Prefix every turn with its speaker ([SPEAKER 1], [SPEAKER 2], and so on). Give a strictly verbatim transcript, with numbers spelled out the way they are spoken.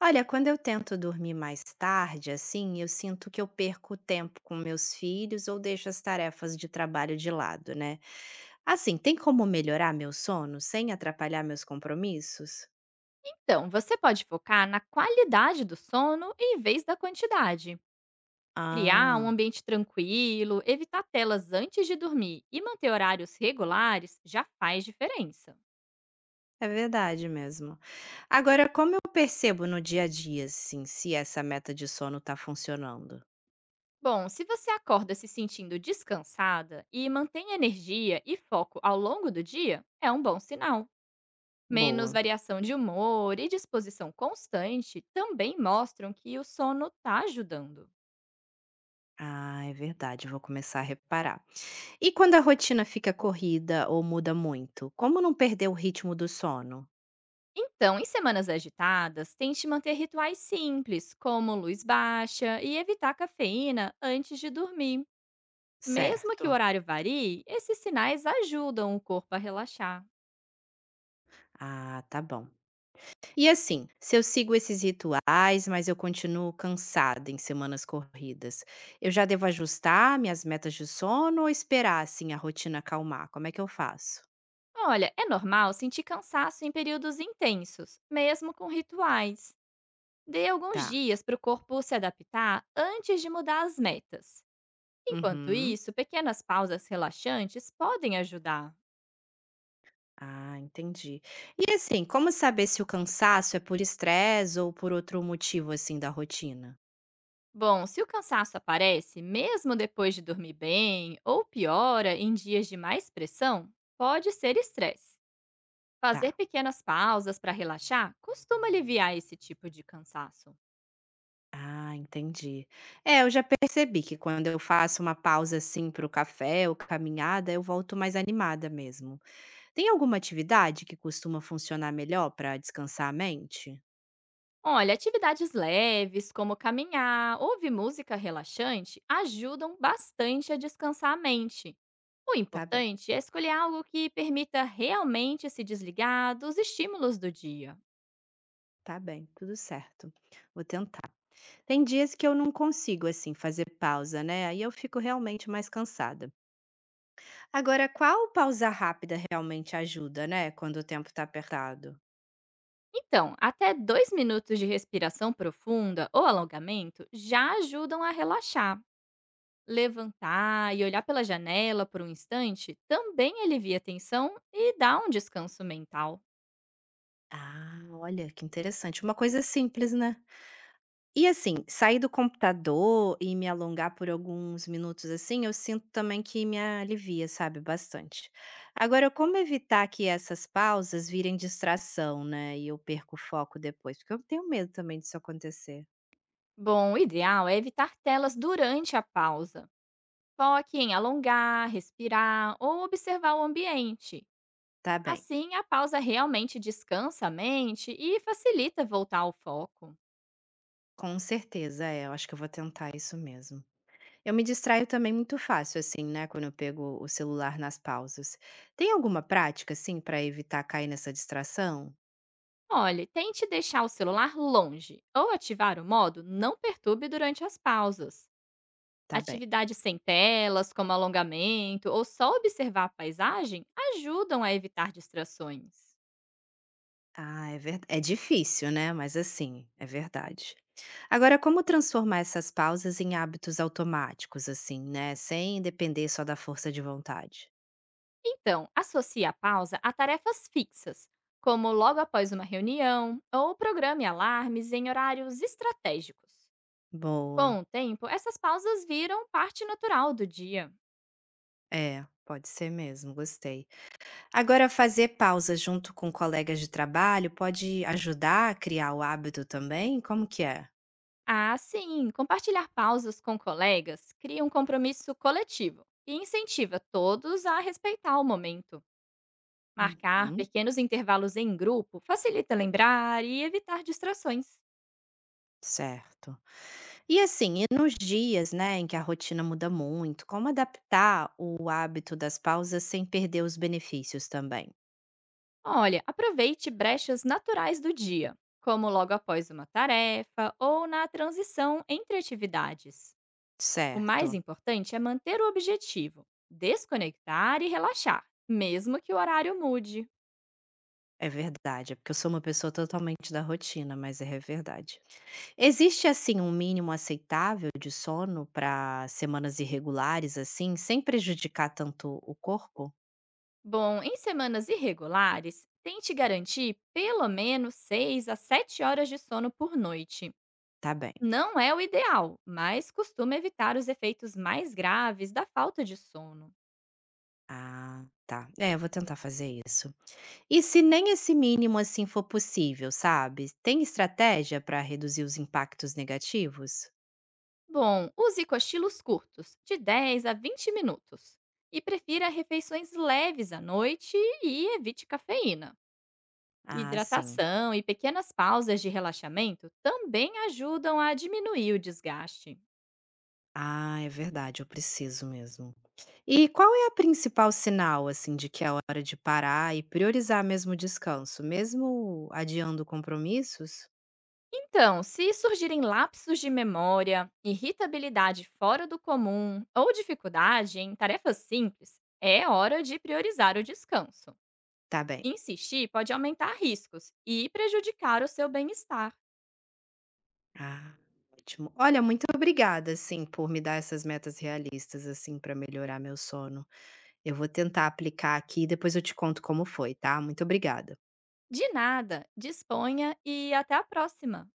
[SPEAKER 1] Olha, quando eu tento dormir mais tarde, assim, eu sinto que eu perco tempo com meus filhos ou deixo as tarefas de trabalho de lado, né? Assim, tem como melhorar meu sono sem atrapalhar meus compromissos?
[SPEAKER 2] Então, você pode focar na qualidade do sono em vez da quantidade. Criar um
[SPEAKER 1] Ah,
[SPEAKER 2] ambiente tranquilo, evitar telas antes de dormir e manter horários regulares já faz diferença.
[SPEAKER 1] é verdade mesmo. Agora, como eu percebo no dia a dia, assim, se essa meta de sono tá funcionando?
[SPEAKER 2] Bom, se você acorda se sentindo descansada e mantém energia e foco ao longo do dia, é um bom sinal. Menos
[SPEAKER 1] Boa.
[SPEAKER 2] variação de humor e disposição constante também mostram que o sono está ajudando.
[SPEAKER 1] Ah, é verdade, vou começar a reparar. E quando a rotina fica corrida ou muda muito, como não perder o ritmo do sono?
[SPEAKER 2] Então, em semanas agitadas, tente manter rituais simples, como luz baixa e evitar cafeína antes de dormir. Mesmo que o
[SPEAKER 1] Certo.
[SPEAKER 2] horário varie, esses sinais ajudam o corpo a relaxar.
[SPEAKER 1] Ah, tá bom. E assim, se eu sigo esses rituais, mas eu continuo cansada em semanas corridas, eu já devo ajustar minhas metas de sono ou esperar assim a rotina acalmar? Como é que eu faço?
[SPEAKER 2] Olha, é normal sentir cansaço em períodos intensos, mesmo com rituais. Dê alguns
[SPEAKER 1] Tá.
[SPEAKER 2] dias para o corpo se adaptar antes de mudar as metas. Enquanto
[SPEAKER 1] Uhum.
[SPEAKER 2] isso, pequenas pausas relaxantes podem ajudar.
[SPEAKER 1] Ah, entendi. E assim, como saber se o cansaço é por estresse ou por outro motivo assim da rotina?
[SPEAKER 2] Bom, se o cansaço aparece, mesmo depois de dormir bem, ou piora em dias de mais pressão, pode ser estresse. Fazer
[SPEAKER 1] Tá.
[SPEAKER 2] pequenas pausas para relaxar costuma aliviar esse tipo de cansaço.
[SPEAKER 1] Ah, entendi. É, eu já percebi que quando eu faço uma pausa assim para o café ou caminhada, eu volto mais animada mesmo. Tem alguma atividade que costuma funcionar melhor para descansar a mente?
[SPEAKER 2] Olha, atividades leves, como caminhar, ouvir música relaxante, ajudam bastante a descansar a mente. O
[SPEAKER 1] Tá bem,
[SPEAKER 2] importante é escolher algo que permita realmente se desligar dos estímulos do dia.
[SPEAKER 1] tá bem, tudo certo. Vou tentar. Tem dias que eu não consigo, assim, fazer pausa, né? Aí eu fico realmente mais cansada. Agora, qual pausa rápida realmente ajuda, né? Quando o tempo tá apertado?
[SPEAKER 2] Então, até dois minutos de respiração profunda ou alongamento já ajudam a relaxar. Levantar e olhar pela janela por um instante também alivia a tensão e dá um descanso mental.
[SPEAKER 1] Ah, olha que interessante. Uma coisa simples, né? E assim, sair do computador e me alongar por alguns minutos, assim, eu sinto também que me alivia, sabe, bastante. Agora, como evitar que essas pausas virem distração, né, e eu perco o foco depois? Porque eu tenho medo também disso acontecer.
[SPEAKER 2] Bom, o ideal é evitar telas durante a pausa. Foque em alongar, respirar ou observar o ambiente.
[SPEAKER 1] Tá bem.
[SPEAKER 2] Assim, a pausa realmente descansa a mente e facilita voltar ao foco.
[SPEAKER 1] Com certeza, é, eu acho que eu vou tentar isso mesmo. Eu me distraio também muito fácil, assim, né, quando eu pego o celular nas pausas. Tem alguma prática, assim, para evitar cair nessa distração?
[SPEAKER 2] Olhe, tente deixar o celular longe ou ativar o modo não perturbe durante as pausas.
[SPEAKER 1] Tá bem.
[SPEAKER 2] Atividades sem telas, como alongamento ou só observar a paisagem, ajudam a evitar distrações.
[SPEAKER 1] Ah, é ver é difícil, né, mas assim, é verdade. Agora como transformar essas pausas em hábitos automáticos, assim, né, sem depender só da força de vontade?
[SPEAKER 2] Então, associe a pausa a tarefas fixas, como logo após uma reunião, ou programe alarmes em horários estratégicos.
[SPEAKER 1] Boa.
[SPEAKER 2] Com o tempo, essas pausas viram parte natural do dia.
[SPEAKER 1] É, pode ser mesmo, gostei. Agora fazer pausas junto com colegas de trabalho pode ajudar a criar o hábito também? Como que é?
[SPEAKER 2] Ah, sim! Compartilhar pausas com colegas cria um compromisso coletivo e incentiva todos a respeitar o momento. Marcar
[SPEAKER 1] Uhum.
[SPEAKER 2] pequenos intervalos em grupo facilita lembrar e evitar distrações.
[SPEAKER 1] Certo. E assim, e nos dias, né, em que a rotina muda muito, como adaptar o hábito das pausas sem perder os benefícios também?
[SPEAKER 2] Olha, aproveite brechas naturais do dia, como logo após uma tarefa ou na transição entre atividades. O
[SPEAKER 1] Certo,
[SPEAKER 2] mais importante é manter o objetivo, desconectar e relaxar, mesmo que o horário mude.
[SPEAKER 1] é verdade, é porque eu sou uma pessoa totalmente da rotina, mas é verdade. Existe, assim, um mínimo aceitável de sono para semanas irregulares, assim, sem prejudicar tanto o corpo?
[SPEAKER 2] Bom, em semanas irregulares, tente garantir pelo menos seis a sete horas de sono por noite.
[SPEAKER 1] Tá bem.
[SPEAKER 2] Não é o ideal, mas costuma evitar os efeitos mais graves da falta de sono.
[SPEAKER 1] Ah, tá. É, eu vou tentar fazer isso. E se nem esse mínimo, assim, for possível, sabe, tem estratégia para reduzir os impactos negativos?
[SPEAKER 2] Bom, use cochilos curtos, de dez a vinte minutos. E prefira refeições leves à noite e evite cafeína.
[SPEAKER 1] Ah, sim.
[SPEAKER 2] Hidratação e pequenas pausas de relaxamento também ajudam a diminuir o desgaste.
[SPEAKER 1] Ah, é verdade, eu preciso mesmo. E qual é a principal sinal, assim, de que é hora de parar e priorizar mesmo o descanso, mesmo adiando compromissos?
[SPEAKER 2] Então, se surgirem lapsos de memória, irritabilidade fora do comum ou dificuldade em tarefas simples, é hora de priorizar o descanso.
[SPEAKER 1] Tá bem.
[SPEAKER 2] Insistir pode aumentar riscos e prejudicar o seu bem-estar.
[SPEAKER 1] Ah, ótimo. Olha, muito obrigada, assim, por me dar essas metas realistas, assim, para melhorar meu sono. Eu vou tentar aplicar aqui e depois eu te conto como foi, tá? Muito obrigada.
[SPEAKER 2] De nada, disponha e até a próxima!